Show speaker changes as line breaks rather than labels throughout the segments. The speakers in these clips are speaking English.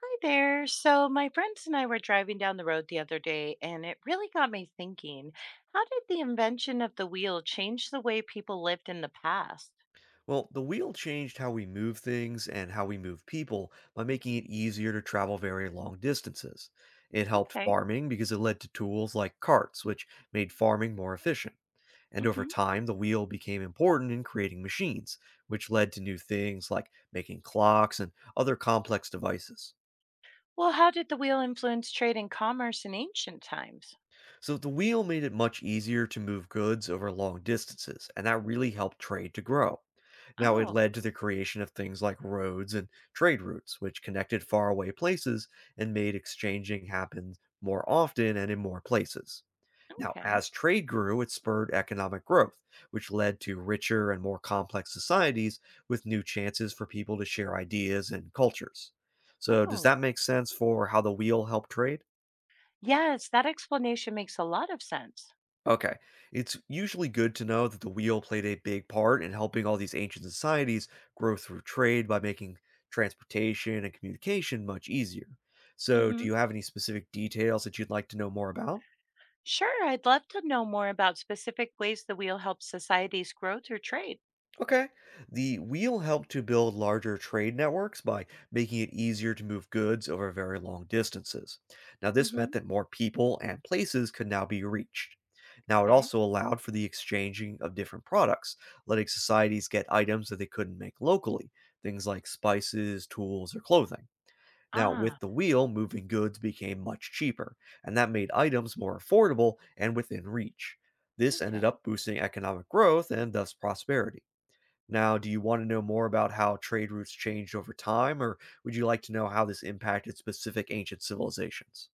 Hi there. So, my friends and I were driving down the road the other day, and it really got me thinking, how did the invention of the wheel change the way people lived in the past?
Well, the wheel changed how we move things and how we move people by making it easier to travel very long distances. It helped
Okay.
farming because it led to tools like carts, which made farming more efficient. And over
Hmm.
time, the wheel became important in creating machines, which led to new things like making clocks and other complex devices.
Well, how did the wheel influence trade and commerce in ancient times?
So the wheel made it much easier to move goods over long distances, and that really helped trade to grow. Now it
Oh,
led to the creation of things like roads and trade routes, which connected faraway places and made exchanging happen more often and in more places. Now,
okay.
as trade grew, it spurred economic growth, which led to richer and more complex societies with new chances for people to share ideas and cultures. So, does
Oh,
that make sense for how the wheel helped trade?
yes, that explanation makes a lot of sense.
Okay. It's usually good to know that the wheel played a big part in helping all these ancient societies grow through trade by making transportation and communication much easier. So, do
Hmm.
you have any specific details that you'd like to know more about?
Sure, I'd love to know more about specific ways the wheel helps societies grow through trade.
Okay. The wheel helped to build larger trade networks by making it easier to move goods over very long distances. Now, this
Hmm.
meant that more people and places could now be reached. Now, it
Okay.
also allowed for the exchanging of different products, letting societies get items that they couldn't make locally, things like spices, tools, or clothing. Now,
Ah,
with the wheel, moving goods became much cheaper, and that made items more affordable and within reach. This
okay.
ended up boosting economic growth and thus prosperity. Now, do you want to know more about how trade routes changed over time, or would you like to know how this impacted specific ancient civilizations?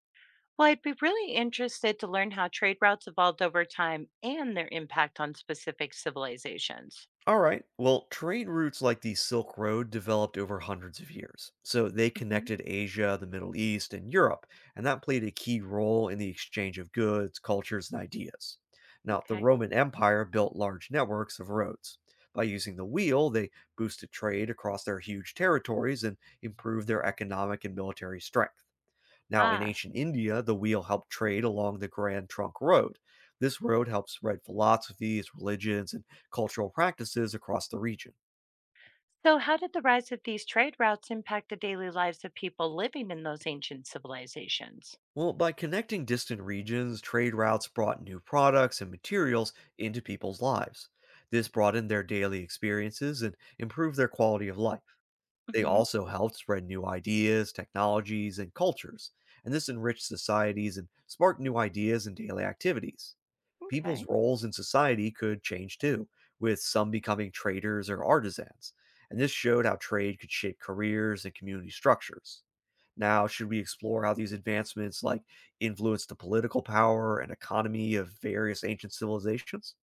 Well, I'd be really interested to learn how trade routes evolved over time and their impact on specific civilizations.
All right, well, trade routes like the Silk Road developed over hundreds of years. So they
Hmm.
connected Asia, the Middle East, and Europe, and that played a key role in the exchange of goods, cultures, and ideas. Now, the
Okay.
Roman Empire built large networks of roads. By using the wheel, they boosted trade across their huge territories and improved their economic and military strength. Now, in
Ah,
ancient India, the wheel helped trade along the Grand Trunk Road. This road helped spread philosophies, religions, and cultural practices across the region.
so how did the rise of these trade routes impact the daily lives of people living in those ancient civilizations?
Well, by connecting distant regions, trade routes brought new products and materials into people's lives. This broadened their daily experiences and improved their quality of life. They
Hmm.
also helped spread new ideas, technologies, and cultures, and this enriched societies and sparked new ideas and daily activities. People's
Okay.
roles in society could change too, with some becoming traders or artisans. And this showed how trade could shape careers and community structures. Now, should we explore how these advancements like influenced the political power and economy of various ancient civilizations?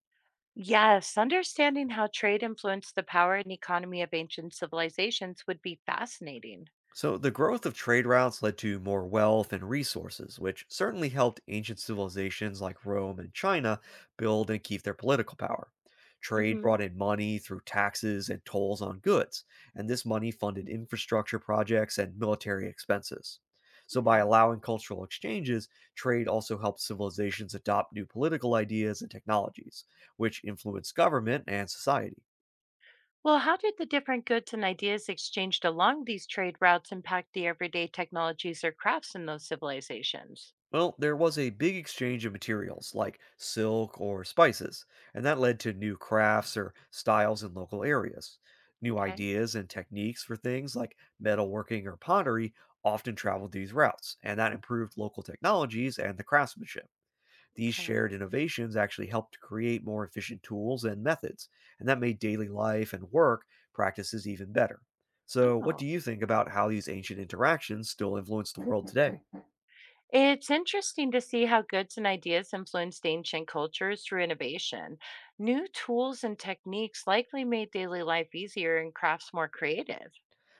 Yes, understanding how trade influenced the power and economy of ancient civilizations would be fascinating.
So, the growth of trade routes led to more wealth and resources, which certainly helped ancient civilizations like Rome and China build and keep their political power. Trade
Hmm.
brought in money through taxes and tolls on goods, and this money funded infrastructure projects and military expenses. So, by
Okay.
allowing cultural exchanges, trade also helped civilizations adopt new political ideas and technologies, which influenced government and society.
Well, how did the different goods and ideas exchanged along these trade routes impact the everyday technologies or crafts in those civilizations?
Well, there was a big exchange of materials like silk or spices, and that led to new crafts or styles in local areas. New
Okay,
ideas and techniques for things like metalworking or pottery often traveled these routes, and that improved local technologies and the craftsmanship. These
okay.
shared innovations actually helped to create more efficient tools and methods, and that made daily life and work practices even better. So, what
Oh,
do you think about how these ancient interactions still influence the world today?
it's interesting to see how goods and ideas influenced ancient cultures through innovation. New tools and techniques likely made daily life easier and crafts more creative.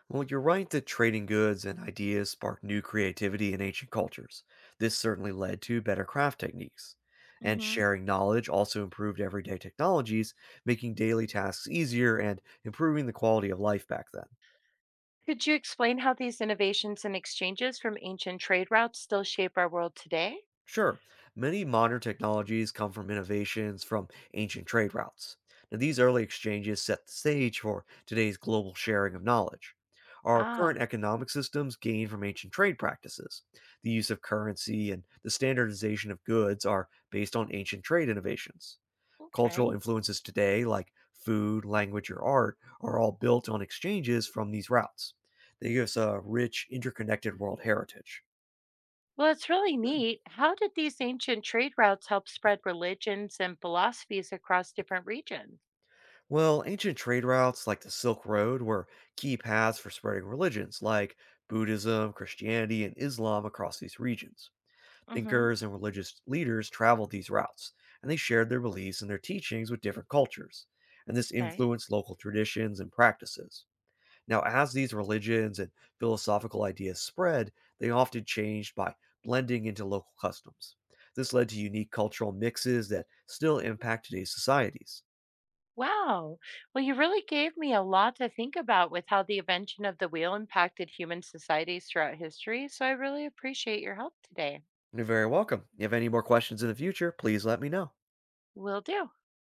Well, you're right that trading goods and ideas sparked new creativity in ancient cultures. This certainly led to better craft techniques. And
Hmm.
sharing knowledge also improved everyday technologies, making daily tasks easier and improving the quality of life back then.
Could you explain how these innovations and exchanges from ancient trade routes still shape our world today?
Sure, many modern technologies come from innovations from ancient trade routes. Now, these early exchanges set the stage for today's global sharing of knowledge. Our
Ah,
current economic systems gain from ancient trade practices. The use of currency and the standardization of goods are based on ancient trade innovations.
okay.
Cultural influences today, like food, language, or art, are all built on exchanges from these routes. They give us a rich, interconnected world heritage.
Well, it's really neat. How did these ancient trade routes help spread religions and philosophies across different regions?
Well, ancient trade routes like the Silk Road were key paths for spreading religions like Buddhism, Christianity, and Islam across these regions.
Hmm.
Thinkers and religious leaders traveled these routes, and they shared their beliefs and their teachings with different cultures. And this
Okay.
influenced local traditions and practices. Now, as these religions and philosophical ideas spread, they often changed by blending into local customs. This led to unique cultural mixes that still impact today's societies.
Wow. Well, you really gave me a lot to think about with how the invention of the wheel impacted human societies throughout history. So I really appreciate your help today.
You're very welcome. If you have any more questions in the future, please let me know.
Will do.